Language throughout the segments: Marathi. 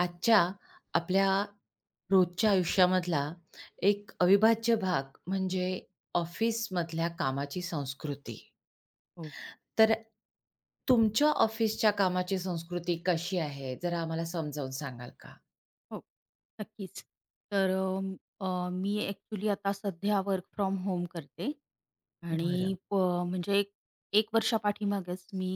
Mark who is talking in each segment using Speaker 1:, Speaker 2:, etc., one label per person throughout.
Speaker 1: आजच्या आपल्या रोजच्या आयुष्यामधला एक अविभाज्य भाग म्हणजे ऑफिसमधल्या कामाची संस्कृती.
Speaker 2: हो,
Speaker 1: तर तुमच्या ऑफिसच्या कामाची संस्कृती कशी आहे? जरा आम्हाला समजावून सांगाल का?
Speaker 2: हो. नक्कीच. तर अ, अ, मी ॲक्चुअली आता सध्या वर्क फ्रॉम होम करते. आणि
Speaker 1: बरं,
Speaker 2: म्हणजे एक 1 वर्षापाठीमागेच मी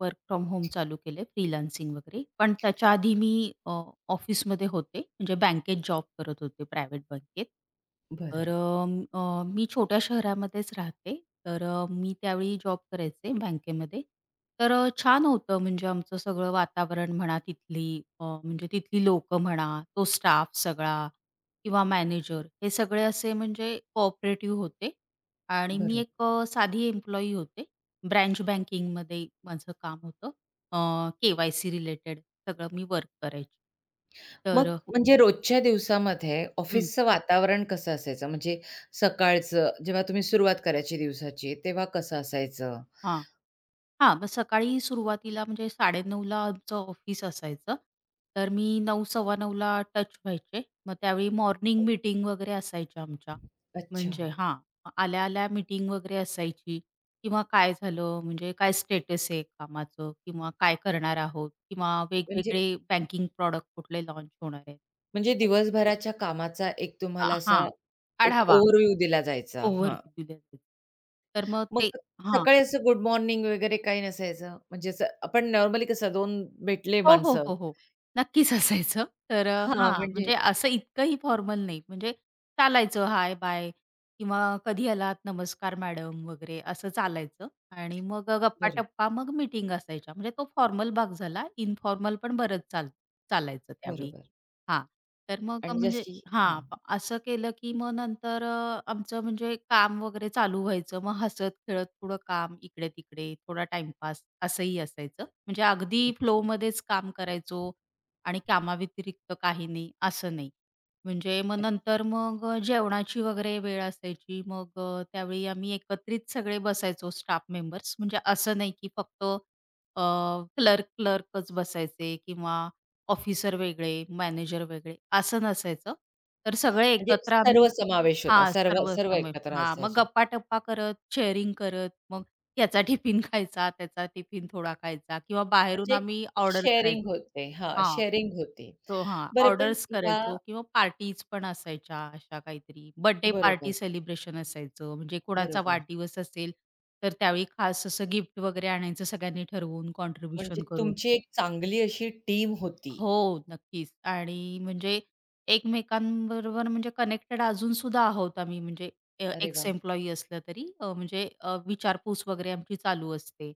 Speaker 2: वर्क फ्रॉम होम चालू केलं आहे, फ्रीलान्सिंग वगैरे. पण त्याच्या आधी मी अ, ऑफिसमध्ये होते, म्हणजे बँकेत जॉब करत होते, प्रायव्हेट बँकेत. तर
Speaker 1: बरं,
Speaker 2: मी छोट्या शहरामध्येच राहते, तर मी त्यावेळी जॉब करायचे बँकेमध्ये. तर छान होतं म्हणजे आमचं सगळं वातावरण म्हणा तिथली म्हणजे तिथली लोकं म्हणा, तो स्टाफ सगळा किंवा मॅनेजर हे सगळे असे म्हणजे कोऑपरेटिव्ह होते. आणि मी
Speaker 1: बरं.
Speaker 2: एक साधी एम्प्लॉयी होते. ब्रँच बँकिंगमध्ये माझं काम होतं. के-वाय-सी रिलेटेड सगळं मी वर्क करायची. तर
Speaker 1: मग म्हणजे रोजच्या दिवसामध्ये
Speaker 2: हं.
Speaker 1: ऑफिसचं वातावरण कसं असायचं? म्हणजे सकाळचं जेव्हा तुम्ही सुरुवात करायची दिवसाची, तेव्हा कसं असायचं?
Speaker 2: हां. हां, मग सकाळी सुरुवातीला म्हणजे 9:30ला आमचं ऑफिस असायचं. तर मी 9:00-9:15ला टच व्हायचे. मग त्यावेळी मॉर्निंग मीटिंग वगैरे असायच्या आमच्या.
Speaker 1: अच्छा.
Speaker 2: म्हणजे हां, मग आल्या-आल्या मीटिंग वगैरे असायची किंवा काय झालं, म्हणजे काय स्टेटस आहे कामाचं किंवा काय करणार आहोत किंवा
Speaker 1: म्हणजे
Speaker 2: वेगवेगळे बँकिंग प्रॉडक्ट कुठले लॉन्च होणार आहेत.
Speaker 1: म्हणजे दिवसभराच्या कामाचा एक तुम्हाला असा
Speaker 2: हां,
Speaker 1: एक
Speaker 2: आढावा,
Speaker 1: ओव्हरव्ह्यू दिला जायचा. हां.
Speaker 2: ओव्हरव्ह्यू दिला जायचा. तर मग ते
Speaker 1: मग
Speaker 2: हां.
Speaker 1: सकाळी असं गुड मॉर्निंग वगैरे काही नसायचं. म्हणजे असं आपण नॉर्मली कसं 2 भेटले
Speaker 2: हो, हो,
Speaker 1: माणसं
Speaker 2: हो, हो. नक्कीच असायचं. तर
Speaker 1: हां,
Speaker 2: हां,
Speaker 1: म्हणजे
Speaker 2: म्हणजे असं इतकंही फॉर्मल नाही. म्हणजे चालायचं हाय, बाय किंवा कधी आलात, नमस्कार मॅडम वगैरे असं चालायचं आणि मग
Speaker 1: बरोबर,
Speaker 2: गप्पा-टप्पा मग मीटिंग असायच्या. म्हणजे तो फॉर्मल भाग झाला. इन्फॉर्मल पण बरंच चालायचं त्यावेळी.
Speaker 1: बरोबर.
Speaker 2: हां, तर मग
Speaker 1: आणि
Speaker 2: म्हणजे
Speaker 1: जशी हां,
Speaker 2: हां, असं केलं की मग नंतर आमचं म्हणजे काम वगैरे चालू व्हायचं. मग हसत-खेळत थोडं काम इकडे-तिकडे, थोडा टाईमपास असंही असायचं. म्हणजे अगदी
Speaker 1: अच्छा.
Speaker 2: फ्लोमध्येच काम करायचो आणि कामाव्यतिरिक्त काही नाही, असं नाही. म्हणजे मग नंतर मग जेवणाची वगैरे वेळ असायची. मग त्यावेळी आम्ही एकत्रित सगळे बसायचो स्टाफ मेंबर्स. म्हणजे असं नाही की फक्त अ, क्लर्कच बसायचे किंवा ऑफिसर वेगळे, मॅनेजर वेगळे असं नसायचं. तर सगळे
Speaker 1: म्हणजे
Speaker 2: एकत्र
Speaker 1: सर्व
Speaker 2: आम्ही
Speaker 1: समावेश होता.
Speaker 2: हां,
Speaker 1: सर्व
Speaker 2: सर्व
Speaker 1: सर्व
Speaker 2: समेट.
Speaker 1: एकत्र
Speaker 2: हां, मग
Speaker 1: असायचे.
Speaker 2: गप्पा-टप्पा करत, शेअरिंग करत, मग याचा टिफिन खायचा, त्याचा टिफिन थोडा खायचा किंवा बाहेरून
Speaker 1: म्हणजे एक
Speaker 2: आम्ही ऑर्डर करायचो.
Speaker 1: शेअरिंग होते. हां,
Speaker 2: हां,
Speaker 1: शेअरिंग होती.
Speaker 2: तो हां,
Speaker 1: बरं पण
Speaker 2: ऑर्डर्स
Speaker 1: ह्या
Speaker 2: करायचो किंवा पार्टीज पण असायच्या अशा काहीतरी. बर्थडे पार्टी
Speaker 1: बरोबर,
Speaker 2: सेलिब्रेशन असायचं. म्हणजे कोणाचा
Speaker 1: बरोबर.
Speaker 2: वाढदिवस असेल, तर त्यावेळी खास असं गिफ्ट वगैरे आणायचं सगळ्यांनी ठरवून,
Speaker 1: म्हणजे
Speaker 2: कॉन्ट्रिब्युशन करून.
Speaker 1: तुमची एक चांगली अशी टीम होती.
Speaker 2: हो, नक्कीच. आणि म्हणजे एकमेकांबरोबर म्हणजे कनेक्टेड अजून सुद्धा आहोत आम्ही म्हणजे
Speaker 1: अरे वाह!
Speaker 2: एक्स-एम्प्लॉयी असलं तरी म्हणजे विचारपूस वगैरे आमची चालू असते.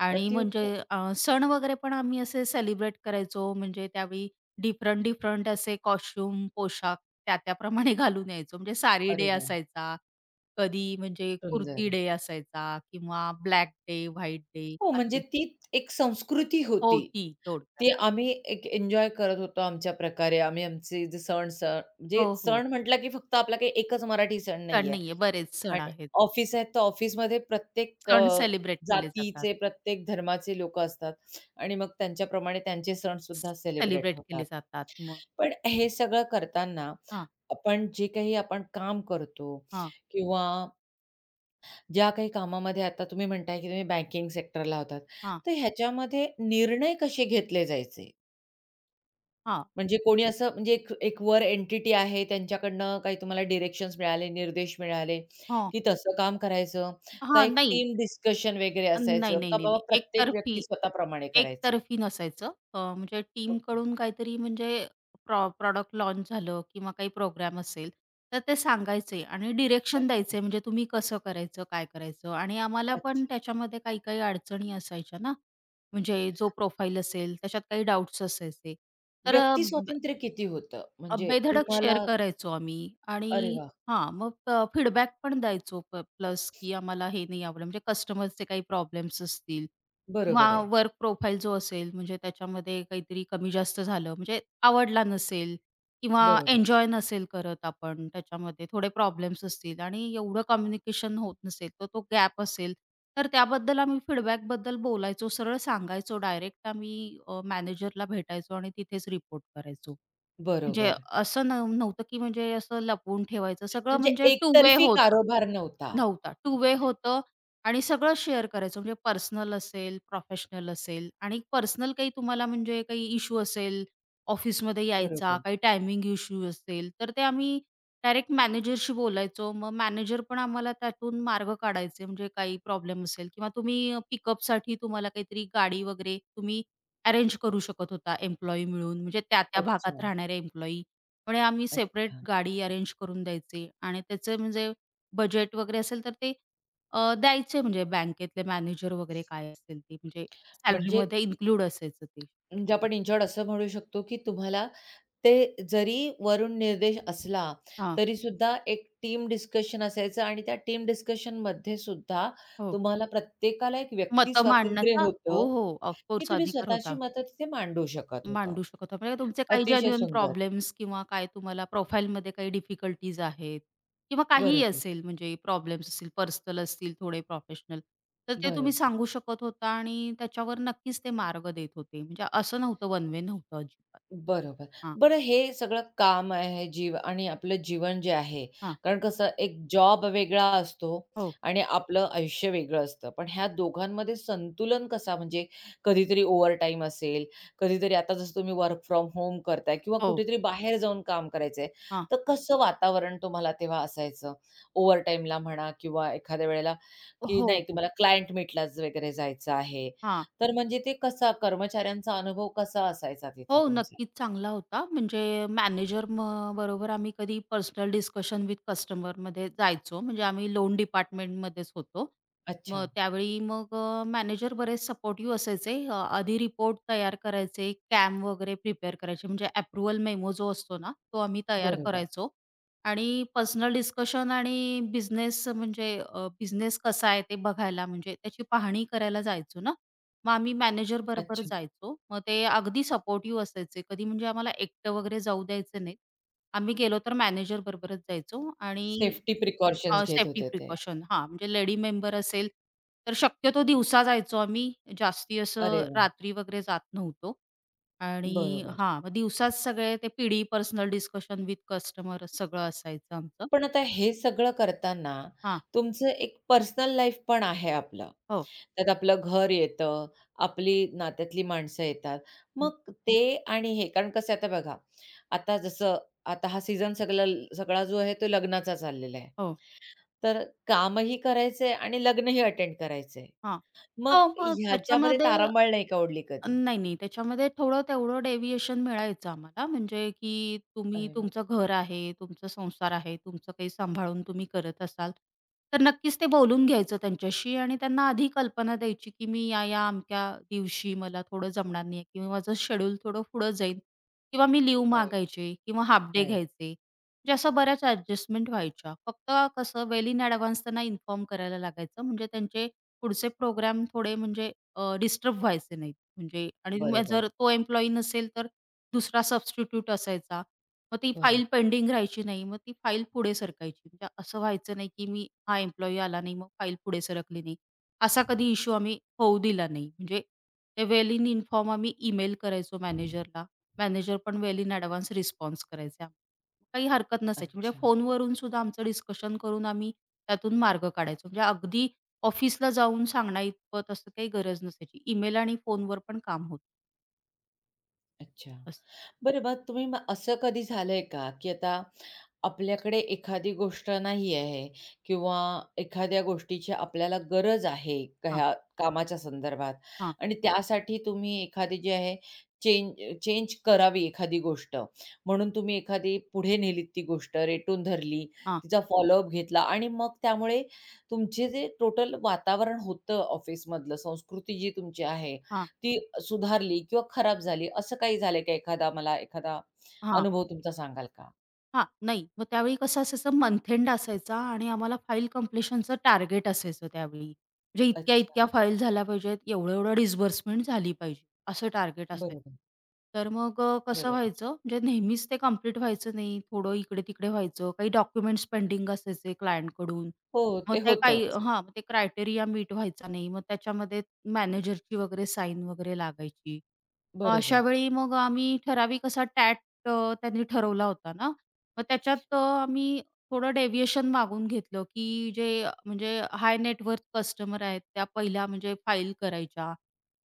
Speaker 2: आणि म्हणजे
Speaker 1: अतिउत्तम.
Speaker 2: सण वगैरे पण आम्ही असे सेलिब्रेट करायचो म्हणजे त्यावेळी डिफरंट, डिफरंट असे कॉस्ट्यूम, पोशाख त्या-त्याप्रमाणे घालून यायचो. म्हणजे साडी
Speaker 1: अरे
Speaker 2: डे
Speaker 1: वाह!
Speaker 2: असायचा, कधी म्हणजे
Speaker 1: सुंदर.
Speaker 2: कुर्ती डे असायचा किंवा ब्लॅक डे, व्हाईट डे
Speaker 1: हो, म्हणजे
Speaker 2: असे
Speaker 1: ती एक संस्कृती
Speaker 2: हो,
Speaker 1: होती.
Speaker 2: ती थोडक्यात.
Speaker 1: ती आम्ही एक एन्जॉय करत होतो आमच्या प्रकारे. आम्ही आमचे जे सण स म्हणजे
Speaker 2: हो, हो.
Speaker 1: सण म्हटला की फक्त आपला काही एकच मराठी सण
Speaker 2: सण
Speaker 1: नाहीये
Speaker 2: नाहीये, बरेच सण
Speaker 1: आणि
Speaker 2: आहेत.
Speaker 1: ऑफिस आहेत, तर ऑफिसमध्ये प्रत्येक
Speaker 2: सण सेलिब्रेट केले जातात.
Speaker 1: जातीचे, प्रत्येक धर्माचे लोकं असतात आणि मग त्यांच्याप्रमाणे त्यांचे सणसुद्धा सेलिब्रेट
Speaker 2: सेलिब्रेट केले
Speaker 1: होतात.
Speaker 2: जातात. मग
Speaker 1: पण हे सगळं करताना
Speaker 2: हां,
Speaker 1: आपण जे काही काम करतो
Speaker 2: हां,
Speaker 1: किंवा ज्या काही कामामध्ये आता तुम्ही म्हणताय, की तुम्ही बँकिंग सेक्टरला होतात.
Speaker 2: हां,
Speaker 1: तर ह्याच्यामध्ये निर्णय कसे घेतले जायचे?
Speaker 2: हां,
Speaker 1: म्हणजे कोणी असं म्हणजे एक एक वर एंटिटी आहे, त्यांच्याकडनं काही तुम्हाला डायरेक्शन्स मिळाले, निर्देश मिळाले,
Speaker 2: हां,
Speaker 1: की तसं काम करायचं? का
Speaker 2: हां.
Speaker 1: एक
Speaker 2: नाही,
Speaker 1: टीम डिस्कशन वगैरे
Speaker 2: नाही,
Speaker 1: असायचं?
Speaker 2: नाही,
Speaker 1: का
Speaker 2: नाही,
Speaker 1: बाबा
Speaker 2: नाही.
Speaker 1: प्रत्येक व्यक्ती
Speaker 2: एकतर्फी
Speaker 1: स्वतःप्रमाणे करायचं?
Speaker 2: एकतर्फी नसायचं. म्हणजे
Speaker 1: ओके.
Speaker 2: टीमकडून काहीतरी म्हणजे प्रॉडक्ट लाँच झालं किंवा काही प्रोग्राम असेल, तर ते सांगायचे आणि डिरेक्शन
Speaker 1: अच्छा,
Speaker 2: द्यायचे म्हणजे तुम्ही कसं करायचं, काय करायचं आणि आम्हाला पण
Speaker 1: अच्छा.
Speaker 2: त्याच्यामध्ये काही-काही अडचणी असायच्या ना, म्हणजे जो प्रोफाईल असेल त्याच्यात काही डाउट्स असायचे. तर
Speaker 1: व्यक्ती स्वातंत्र्य किती होतं? म्हणजे
Speaker 2: बेधडक शेअर
Speaker 1: तुम्हाला
Speaker 2: करायचो आम्ही
Speaker 1: अरे
Speaker 2: आणि
Speaker 1: वाह!
Speaker 2: हां, मग फीडबॅक पण द्यायचो प्लस, की आम्हाला हे नाही आवडलं. म्हणजे कस्टमरचे काही प्रॉब्लेम्स असतील किंवा
Speaker 1: बरोबर आहे.
Speaker 2: वर्क प्रोफाईल जो असेल म्हणजे त्याच्यामध्ये काहीतरी कमी जास्त झालं, म्हणजे आवडला नसेल किंवा
Speaker 1: बरोबर,
Speaker 2: एन्जॉय नसेल करत आपण त्याच्यामध्ये थोडे प्रॉब्लेम्स असतील आणि एवढं कम्युनिकेशन होत नसेल, तर तो गॅप असेल, तर त्याबद्दल आम्ही फीडबॅकबद्दल बोलायचो, सरळ सांगायचो. डायरेक्ट आम्ही मॅनेजरला भेटायचो आणि तिथेच रिपोर्ट करायचो. म्हणजे
Speaker 1: बरोबर.
Speaker 2: असं नव्हतं, की म्हणजे असं लपवून ठेवायचं. सगळं
Speaker 1: म्हणजे
Speaker 2: म्हणजे टू वे
Speaker 1: एकतर्फी
Speaker 2: होतं.
Speaker 1: कारोबार नव्हता.
Speaker 2: नव्हता. टू वे होतं आणि सगळं शेअर करायचो. म्हणजे पर्सनल असेल, प्रोफेशनल असेल आणि पर्सनल काही तुम्हाला म्हणजे काही इश्यू असेल, ऑफिसमध्ये यायचा,
Speaker 1: बरोबर.
Speaker 2: काही टायमिंग इश्यू असेल, तर ते आम्ही डायरेक्ट मॅनेजरशी बोलायचो. मग मॅनेजर पण आम्हाला त्यातून मार्ग काढायचे. म्हणजे काही प्रॉब्लेम असेल किंवा तुम्ही पिकअपसाठी तुम्हाला काहीतरी गाडी वगैरे तुम्ही अरेंज करू शकत होता एम्प्लॉयी मिळून. म्हणजे त्या-त्या भागात
Speaker 1: अच्छा,
Speaker 2: राहणारे एम्प्लॉयी. पण आम्ही सेपरेट
Speaker 1: अच्छा.
Speaker 2: गाडी अरेंज करून द्यायचे आणि त्याचे म्हणजे बजेट वगैरे असेल तर ते द्यायचे म्हणजे बँकेतले मॅनेजर वगैरे काय असेल ते म्हणजे
Speaker 1: म्हणजे
Speaker 2: सॅलरीमध्ये इन्क्लूड असायचं ते.
Speaker 1: म्हणजे आपण इन शॉर्ट असं म्हणू शकतो, की तुम्हाला ते जरी वरून निर्देश असला,
Speaker 2: हां,
Speaker 1: तरी सुद्धा एक टीम डिस्कशन असायचं आणि त्या टीम डिस्कशनमध्ये सुद्धा
Speaker 2: हो.
Speaker 1: तुम्हाला प्रत्येकाला एक व्यक्ती
Speaker 2: मतं
Speaker 1: स्वातंत्र्य
Speaker 2: मांडण्याचा हो,
Speaker 1: होतं,
Speaker 2: हो,
Speaker 1: की
Speaker 2: ऑफकोर्स
Speaker 1: तुम्ही
Speaker 2: अधिकार
Speaker 1: स्वतःची
Speaker 2: होता.
Speaker 1: मतं तिथे मांडू शकत होता.
Speaker 2: मांडू शकत होता. म्हणजे तुमचे काही
Speaker 1: अतिशय
Speaker 2: जेन्युइन
Speaker 1: सुंदर.
Speaker 2: प्रॉब्लेम्स किंवा काय तुम्हाला प्रोफाईलमध्ये काही डिफिकल्टीज आहेत किंवा काहीही
Speaker 1: बरोबर,
Speaker 2: असेल म्हणजे प्रॉब्लेम्स असतील, पर्सनल असतील, थोडे प्रोफेशनल, तर ते तुम्ही
Speaker 1: बरोबर.
Speaker 2: सांगू शकत होता आणि त्याच्यावर नक्कीच ते मार्ग देत होते. म्हणजे असं नव्हतं वन वे नव्हतं अजिबात.
Speaker 1: बरोबर.
Speaker 2: हां,
Speaker 1: बरं हे सगळं काम आहे, जीव आणि आपलं जीवन जे आहे,
Speaker 2: हां.
Speaker 1: कारण कसं एक जॉब वेगळा असतो
Speaker 2: हो.
Speaker 1: आणि आपलं आयुष्य वेगळं असतं. पण ह्या दोघांमध्ये संतुलन कसा म्हणजे कधीतरी ओव्हरटाईम असेल, कधीतरी आता जसं तुम्ही वर्क फ्रॉम होम करताय किंवा
Speaker 2: हो,
Speaker 1: कुठेतरी बाहेर जाऊन काम करायचंय,
Speaker 2: हां.
Speaker 1: तर कसं वातावरण तुम्हाला तेव्हा असायचं? ओव्हरटाईमला म्हणा किंवा एखाद्या वेळेला, की
Speaker 2: हो,
Speaker 1: नाही
Speaker 2: हो.
Speaker 1: तुम्हाला क्लायंट मीटलाच वगैरे जायचं आहे.
Speaker 2: हां.
Speaker 1: तर म्हणजे ते कसा कर्मचाऱ्यांचा अनुभव कसा असायचा तिथे
Speaker 2: हो,
Speaker 1: तुमचा?
Speaker 2: नक्कीच चांगला होता. म्हणजे मॅनेजर म, बरोबर आम्ही कधी पर्सनल डिस्कशन विथ कस्टमरमध्ये जायचो. म्हणजे आम्ही लोन डिपार्टमेंटमध्येच होतो.
Speaker 1: अच्छा.
Speaker 2: मग त्यावेळी मग मॅनेजर बरेच सपोर्टिव्ह असायचे. आधी रिपोर्ट तयार करायचे, कॅम वगैरे प्रिपेअर करायचे. म्हणजे अप्रूव्हल मेमो जो असतो ना, तो आम्ही तयार
Speaker 1: बरोबर.
Speaker 2: करायचो. आणि पर्सनल डिस्कशन आणि बिझनेस म्हणजे बिझनेस कसा आहे ते बघायला म्हणजे त्याची पाहणी करायला जायचो ना. मग आम्ही मॅनेजर बरोबर
Speaker 1: अच्छा.
Speaker 2: जायचो. मग ते अगदी सपोर्टिव्ह असायचे. कधी म्हणजे आम्हाला एकटं वगैरे जाऊ द्यायचे नाहीत. आम्ही गेलो तर मॅनेजर बरोबरच जायचो आणि
Speaker 1: सेफ्टी प्रिकॉशन्स घेत
Speaker 2: सेफ्टी
Speaker 1: होते ते.
Speaker 2: प्रिकॉशन हां, म्हणजे लेडी मेंबर असेल, तर शक्यतो दिवसा जायचो आम्ही. जास्ती
Speaker 1: अरे
Speaker 2: असं
Speaker 1: वा,
Speaker 2: रात्री वगैरे जात नव्हतो आणि
Speaker 1: बरोबर.
Speaker 2: हां, मग दिवसाच सगळे ते PD personal discussion with customer सगळं असायचं आमचं.
Speaker 1: पण आता हे सगळं करताना
Speaker 2: हां.
Speaker 1: तुमचं एक पर्सनल लाईफ पण आहे आपलं.
Speaker 2: हो.
Speaker 1: त्यात आपलं घर येतं, आपली नात्यातली माणसं येतात.
Speaker 2: हं.
Speaker 1: मग ते आणि हे कारण कसं आहे आता बघा, आता जसं आता हा सीझन सगळा सगळा जो आहे तो लग्नाचा चाललेला आहे.
Speaker 2: हो.
Speaker 1: तर कामही करायचंय आणि लग्नही अटेंड करायचंय.
Speaker 2: हां. हो,
Speaker 1: मग
Speaker 2: मग
Speaker 1: ह्याच्यामध्ये
Speaker 2: त्याच्यामध्ये
Speaker 1: तारांबळ नाही का उडली कधी?
Speaker 2: नाही, नाही. त्याच्यामध्ये थोडं तेवढं डेव्हिएशन मिळायचं आम्हाला. म्हणजे की तुम्ही
Speaker 1: अरे वाह!
Speaker 2: तुमचं घर आहे, तुमचा संसार आहे, तुमचं काही सांभाळून तुम्ही करत असाल, तर नक्कीच ते बोलून घ्यायचं त्यांच्याशी आणि त्यांना आधी कल्पना द्यायची, की मी या-या अमक्या दिवशी मला थोडं जमणार नाही किंवा माझं शेड्यूल थोडं पुढं जाईल किंवा मी लीव्ह
Speaker 1: राइट,
Speaker 2: मागायची किंवा हाल्फ डे
Speaker 1: राइट.
Speaker 2: घ्यायचे. म्हणजे असं बऱ्याच ॲडजस्टमेंट व्हायच्या. फक्त कसं वेल इन ॲडव्हान्स त्यांना इन्फॉर्म करायला लागायचं. म्हणजे त्यांचे पुढचे प्रोग्राम थोडे म्हणजे डिस्टर्ब व्हायचे नाहीत. म्हणजे आणि मग
Speaker 1: बरोबर.
Speaker 2: जर तो एम्प्लॉयी नसेल तर दुसरा सबस्टिट्यूट असायचा. मग ती
Speaker 1: बरं.
Speaker 2: फाईल पेंडिंग राहायची नाही. मग ती फाईल पुढे सरकायची. म्हणजे असं व्हायचं नाही, की मी हा एम्प्लॉयी आला नाही, मग फाईल पुढे सरकली नाही. असा कधी इश्यू आम्ही होऊ दिला नाही. म्हणजे ते वेल इन इन्फॉर्म आम्ही ईमेल करायचो मॅनेजरला. मॅनेजर पण वेल इन ॲडव्हान्स रिस्पॉन्स करायचा. काही हरकत नसायची. म्हणजे
Speaker 1: अच्छा,
Speaker 2: फोनवरून सुद्धा आमचं डिस्कशन करून आम्ही त्यातून मार्ग काढायचो. म्हणजे अगदी ऑफिसला जाऊन सांगण्याइतपत असं काही गरज नसायची. ईमेल आणि फोनवर पण काम होतं.
Speaker 1: अच्छा.
Speaker 2: असं.
Speaker 1: बरं मग तुम्ही असं कधी झालंय का, की आता आपल्याकडे एखादी गोष्ट नाही आहे किंवा एखाद्या गोष्टीची आपल्याला गरज आहे का-
Speaker 2: हां,
Speaker 1: ह्या कामाच्या संदर्भात
Speaker 2: हां,
Speaker 1: आणि त्यासाठी तुम्ही एखादी जी आहे चेंज चेंज करावी एखादी गोष्ट म्हणून तुम्ही एखादी पुढे नेलीत ती गोष्ट, रेटून धरली,
Speaker 2: हां,
Speaker 1: तिचा फॉलोअप घेतला आणि मग त्यामुळे तुमचे जे टोटल वातावरण होतं ऑफिसमधलं, संस्कृती जी तुमची आहे
Speaker 2: हां, हां,
Speaker 1: ती सुधारली किंवा खराब झाली, असं काही झालंय का एखादा मला एखादा
Speaker 2: हां.
Speaker 1: अनुभव तुमचा सांगाल का?
Speaker 2: हां, नाही. मग त्यावेळी कसं असायचं मंथ एंड असायचा आणि आम्हाला फाइल कंप्लीशनचं टार्गेट असायचं त्यावेळी. म्हणजे इतक्या-इतक्या
Speaker 1: अच्छा.
Speaker 2: फाइल झाल्या पाहिजेत, एवढं-एवढं डिस्बर्समेंट झाली पाहिजे, असं टार्गेट असायचं.
Speaker 1: बरोबर,
Speaker 2: तर मग कसं
Speaker 1: बरोबर.
Speaker 2: व्हायचं म्हणजे नेहमीच ते कंप्लीट व्हायचं नाही. थोडं इकडे-तिकडे व्हायचं. काही डॉक्युमेंट्स पेंडिंग असायचे क्लायंटकडून.
Speaker 1: हो,
Speaker 2: मग
Speaker 1: ते
Speaker 2: ते काही
Speaker 1: होतंच.
Speaker 2: हां, मग ते क्रायटेरिया मीट व्हायचा नाही. मग त्याच्यामध्ये मॅनेजरची वगैरे साईन वगैरे लागायची. अशा
Speaker 1: बरोबर,
Speaker 2: वेळी मग आम्ही ठराविक असा टॅट अ, त्यांनी ठरवला होता ना, मग त्याच्यात आम्ही थोडं डेव्हिएशन मागून घेतलं, की जे म्हणजे हाय नेटवर्थ कस्टमर आहेत, त्या पहिल्या म्हणजे फाईल करायच्या.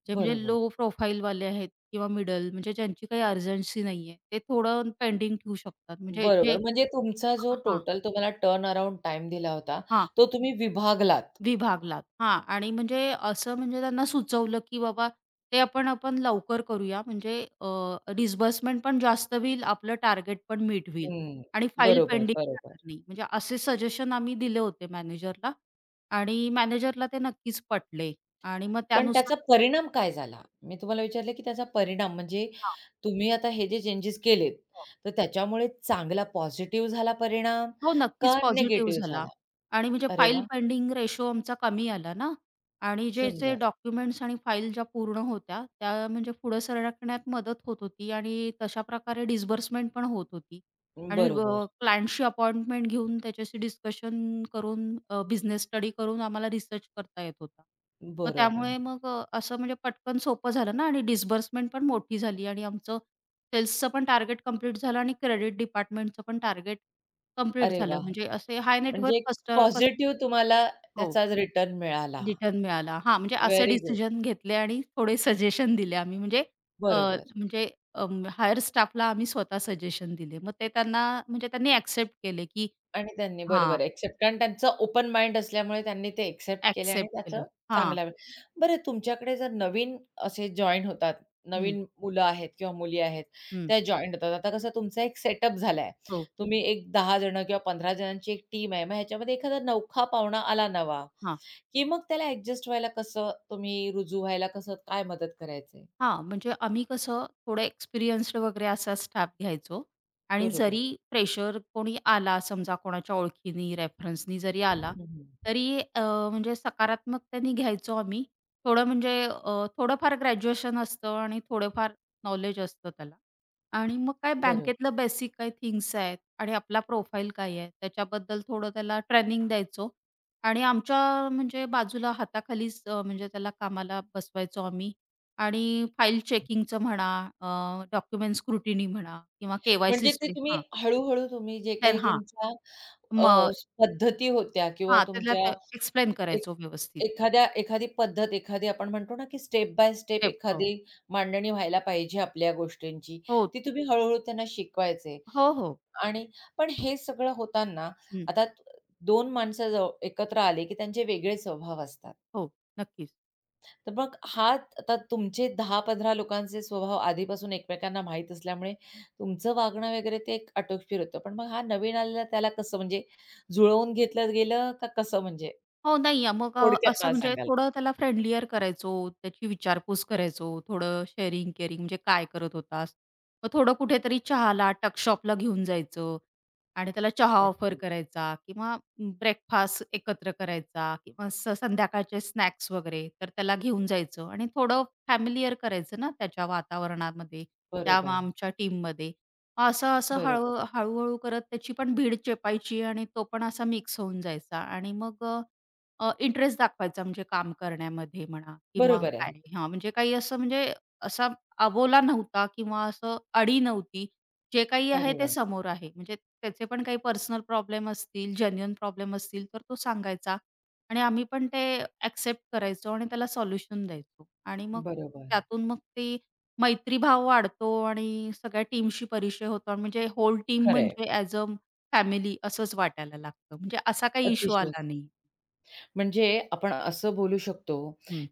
Speaker 2: जे म्हणजे
Speaker 1: बरोबर,
Speaker 2: लो प्रोफाईलवाले आहेत किंवा मिडल म्हणजे ज्यांची काही अर्जन्सी नाहीये, ते थोडं पेंडिंग ठेवू शकतात. म्हणजे जे
Speaker 1: बरोबर. म्हणजे तुमचा जो
Speaker 2: हां, हां.
Speaker 1: टोटल तुम्हाला टर्न अराउंड टाईम दिला होता, तो तुम्ही विभागलात.
Speaker 2: विभागलात. हां आणि म्हणजे असं म्हणजे त्यांना सुचवलं, की बाबा ते आपण आपण लवकर करूया म्हणजे डिस्बर्समेंट पण जास्त होईल, आपलं टार्गेट पण मीट होईल
Speaker 1: हं.
Speaker 2: आणि फाईल
Speaker 1: बरोबर,
Speaker 2: पेंडिंग
Speaker 1: बरोबर.
Speaker 2: राहणार नाही. म्हणजे असे सजेशन आम्ही दिले होते मॅनेजरला आणि मॅनेजरला ते नक्कीच पटले आणि मग
Speaker 1: पण
Speaker 2: त्यानुसार
Speaker 1: त्याचा परिणाम काय झाला? मी तुम्हाला विचारलं की त्याचा परिणाम म्हणजे
Speaker 2: हां.
Speaker 1: तुम्ही आता हे जे चेंजेस केलेत,
Speaker 2: हो.
Speaker 1: तर त्याच्यामुळे चांगला पॉझिटिव्ह झाला परिणाम
Speaker 2: हो, नक्कीच
Speaker 1: का
Speaker 2: पॉझिटिव्ह
Speaker 1: निगेटिव्ह
Speaker 2: झाला
Speaker 1: झाला?
Speaker 2: आणि म्हणजे
Speaker 1: अरे
Speaker 2: फाईल
Speaker 1: वाह!
Speaker 2: पेंडिंग रेशो आमचा कमी आला ना आणि जे जे
Speaker 1: सुंदर.
Speaker 2: डॉक्युमेंट्स आणि फाईल ज्या पूर्ण होत्या, त्या म्हणजे पुढे सरकण्यात मदत होत होती आणि तशा प्रकारे डिस्बर्समेंट पण होत होती आणि
Speaker 1: बरोबर,
Speaker 2: क्लायंटशी अपॉइंटमेंट घेऊन त्याच्याशी डिस्कशन करून बिझनेस स्टडी करून आम्हाला रिसर्च करता येत होता. मग
Speaker 1: बरोबर.
Speaker 2: त्यामुळे मग असं म्हणजे पटकन सोपं झालं ना आणि डिस्बर्समेंट पण मोठी झाली आणि आमचं सेल्सचं पण टार्गेट कंप्लीट झालं आणि क्रेडिट डिपार्टमेंटचं पण टार्गेट कंप्लीट
Speaker 1: अरे
Speaker 2: झालं.
Speaker 1: वाह!
Speaker 2: म्हणजे असे हाय नेट
Speaker 1: म्हणजे एक
Speaker 2: कस्ट कस्ट
Speaker 1: पॉझिटिव्ह तुम्हाला
Speaker 2: हो,
Speaker 1: त्याचा रिटर्न मिळाला.
Speaker 2: रिटर्न मिळाला. हां, म्हणजे असे
Speaker 1: व्हेरी गुड.
Speaker 2: डिसिजन घेतले आणि थोडे सजेशन दिले आम्ही म्हणजे अ,
Speaker 1: बरोबर
Speaker 2: म्हणजे हायर स्टाफला आम्ही स्वतः सजेशन दिले. मग ते त्यांना म्हणजे त्यांनी एक्सेप्ट केले, की
Speaker 1: आणि त्यांनी
Speaker 2: हां,
Speaker 1: बरोबर एक्सेप्ट कारण त्यांचं ओपन माइंड असल्यामुळे त्यांनी ते एक्सेप्ट केले आणि
Speaker 2: एक्सेप्ट
Speaker 1: त्याचं
Speaker 2: केलं. हां.
Speaker 1: चांगला वेळ बरं तुमच्याकडे जर नवीन असे जॉइन होतात,
Speaker 2: हं,
Speaker 1: नवीन मुलं आहेत किंवा मुली आहेत,
Speaker 2: हं.
Speaker 1: त्या जॉइन होतात. आता कसं तुमचा एक सेटअप झालाय.
Speaker 2: हो.
Speaker 1: तुम्ही एक 10 जण किंवा 15 जणांची एक टीम आहे. मग ह्याच्यामध्ये एखादा नवखा पाहुणा आला नवा.
Speaker 2: हां.
Speaker 1: की मग त्याला ॲडजस्ट व्हायला कसं तुम्ही रुजू व्हायला कसं काय मदत करायचे?
Speaker 2: हां, म्हणजे आम्ही कसं थोडं एक्सपिरियन्स्ड वगैरे असा स्टाफ घ्यायचो आणि
Speaker 1: बरोबर.
Speaker 2: जरी प्रेशर कोणी आला समजा कोणाच्या ओळखीनी, रेफरन्सनी जरी आला,
Speaker 1: हं, हं.
Speaker 2: तरी म्हणजे सकारात्मक त्यांनी घ्यायचो आम्ही. थोडं म्हणजे थोडंफार ग्रॅज्युएशन असतं आणि थोडंफार नॉलेज असतं त्याला आणि मग काय
Speaker 1: बरोबर.
Speaker 2: बँकेतलं बेसिक काय थिंग्स आहेत आणि आपला प्रोफाईल काय आहे, त्याच्याबद्दल थोडं त्याला ट्रेनिंग द्यायचो आणि आमच्या म्हणजे बाजूला हाताखालीच म्हणजे त्याला कामाला बसवायचो आम्ही आणि फाईल चेकिंगचं म्हणा, डॉक्युमेंट स्क्रुटिनी म्हणा किंवा के-वाय-सी
Speaker 1: म्हणजे ते
Speaker 2: स्टडी
Speaker 1: तुम्ही
Speaker 2: हां,
Speaker 1: हळू-हळू तुम्ही जे
Speaker 2: तर
Speaker 1: काही
Speaker 2: हां,
Speaker 1: तुमच्या अ,
Speaker 2: मग
Speaker 1: पद्धती होत्या किंवा
Speaker 2: हां, त्याला
Speaker 1: तुमच्या
Speaker 2: ते एक्सप्लेन
Speaker 1: एक
Speaker 2: करायचो व्यवस्थित.
Speaker 1: एखाद्या एखादी पद्धत, एखादी आपण म्हणतो ना, की स्टेप बाय स्टेप
Speaker 2: ते- हो,
Speaker 1: एखादी मांडणी व्हायला पाहिजे आपल्या गोष्टींची.
Speaker 2: हो, हो.
Speaker 1: ती तुम्ही हळू-हळू त्यांना शिकवायचे
Speaker 2: हो
Speaker 1: आणि पण हे सगळं होताना
Speaker 2: हं,
Speaker 1: आता 2 माणसं जव एकत्र आले, की त्यांचे वेगळे स्वभाव असतात.
Speaker 2: हो, नक्कीच.
Speaker 1: तर मग हात आता तुमचे 10-15 लोकांचे स्वभाव आधीपासून एकमेकांना माहीत असल्यामुळे तुमचं वागणं वगैरे ते एक आटोपशीर होतं. पण मग हा नवीन आलेला त्याला कसं म्हणजे जुळवून घेतलं गेलं का कसं म्हणजे?
Speaker 2: हो, नाहीये. मग
Speaker 1: थोडक्यात
Speaker 2: असं
Speaker 1: मला
Speaker 2: म्हणजे
Speaker 1: सांगाल का?
Speaker 2: थोडं त्याला फ्रेंडलीयर करायचो, त्याची विचारपूस करायचो, थोडं शेअरिंग केअरिंग म्हणजे काय करत होतास? मग थोडं कुठेतरी चहाला, टक शॉपला घेऊन जायचं आणि त्याला चहा ऑफर
Speaker 1: अच्छा.
Speaker 2: करायचा किंवा ब्रेकफास्ट एकत्र करायचा किंवा संध्याकाळचे स्नॅक्स वगैरे, तर त्याला घेऊन जायचं आणि थोडं फॅमिलियर करायचं ना त्याच्या वातावरणामध्ये, त्या
Speaker 1: बरोबर,
Speaker 2: आमच्या टीममध्ये. असं, असं
Speaker 1: बरोबर.
Speaker 2: हळू हळू करत त्याची पण भीड चेपायची आणि तो पण असा मिक्स होऊन जायचा आणि मग इंटरेस्ट दाखवायचा म्हणजे काम करण्यामध्ये म्हणा किंवा
Speaker 1: बरोबर
Speaker 2: काय
Speaker 1: आहे.
Speaker 2: हां, म्हणजे काही असं म्हणजे असा अबोला नव्हता किंवा असं अडी नव्हती. जे काही आहे
Speaker 1: अरे
Speaker 2: ते
Speaker 1: वाह!
Speaker 2: समोर आहे. म्हणजे त्याचे पण काही पर्सनल प्रॉब्लेम असतील, जेन्युइन प्रॉब्लेम असतील तर तो सांगायचा आणि आम्ही पण ते एक्सेप्ट करायचो आणि त्याला सोल्युशन द्यायचो आणि मग
Speaker 1: बरोबर.
Speaker 2: त्यातून मग ती मैत्रीभाव वाढतो आणि सगळ्या टीमशी परिचय होतो आणि म्हणजे होल टीम
Speaker 1: खरं
Speaker 2: म्हणजे ॲज अ फॅमिली असंच वाटायला लागतं. म्हणजे असा काही इश्यू
Speaker 1: अतिशय.
Speaker 2: आला नाही.
Speaker 1: म्हणजे आपण असं बोलू शकतो,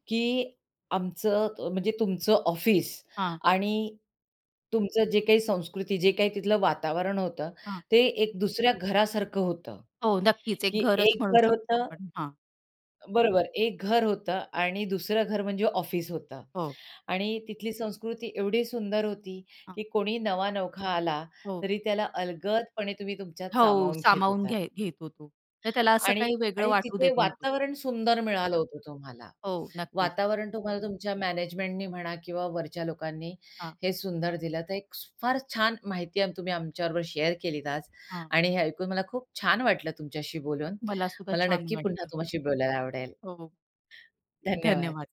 Speaker 1: की आमचं म्हणजे तुमचं ऑफिस
Speaker 2: हां,
Speaker 1: आणि तुमचं जे काही संस्कृती, जे काही तिथलं वातावरण होतं,
Speaker 2: हां.
Speaker 1: ते एक दुसऱ्या घरासारखं होतं,
Speaker 2: हो, नक्कीच एक
Speaker 1: की
Speaker 2: घरच
Speaker 1: एक
Speaker 2: म्हणू
Speaker 1: घर
Speaker 2: शकतो
Speaker 1: होतं
Speaker 2: आपण. हां,
Speaker 1: बरोबर, एक घर होतं आणि दुसरं घर म्हणजे ऑफिस होतं.
Speaker 2: हो,
Speaker 1: आणि तिथली संस्कृती एवढी सुंदर होती,
Speaker 2: हां,
Speaker 1: की कोणी नवा-नवखा आला,
Speaker 2: हो,
Speaker 1: तरी त्याला अलगदपणे तुम्ही तुमच्यात
Speaker 2: हो,
Speaker 1: सामावून घेत
Speaker 2: सामावून
Speaker 1: होतात.
Speaker 2: घ्याय घेतो तो. तर त्याला असं
Speaker 1: आणि
Speaker 2: काही वेगळं
Speaker 1: आणि
Speaker 2: वाटू
Speaker 1: तिथे
Speaker 2: देत नव्हतो.
Speaker 1: वातावरण सुंदर मिळालं होतं तुम्हाला.
Speaker 2: हो, नक्कीच.
Speaker 1: वातावरण तुम्हाला तुमच्या मॅनेजमेंटनी म्हणा किंवा वरच्या लोकांनी
Speaker 2: हां,
Speaker 1: हे सुंदर दिलं. तर एक फार छान माहिती आम तुम्ही आमच्याबरोबर शेअर केलीत आज
Speaker 2: हां.
Speaker 1: आणि हे ऐकून मला खूप छान वाटलं तुमच्याशी बोलून.
Speaker 2: मला सुद्धा
Speaker 1: मला
Speaker 2: छान
Speaker 1: नक्की पुन्हा
Speaker 2: वाटलं.
Speaker 1: तुमच्याशी बोलायला आवडेल.
Speaker 2: हो,
Speaker 1: धन्यवाद.
Speaker 2: धन्यवाद.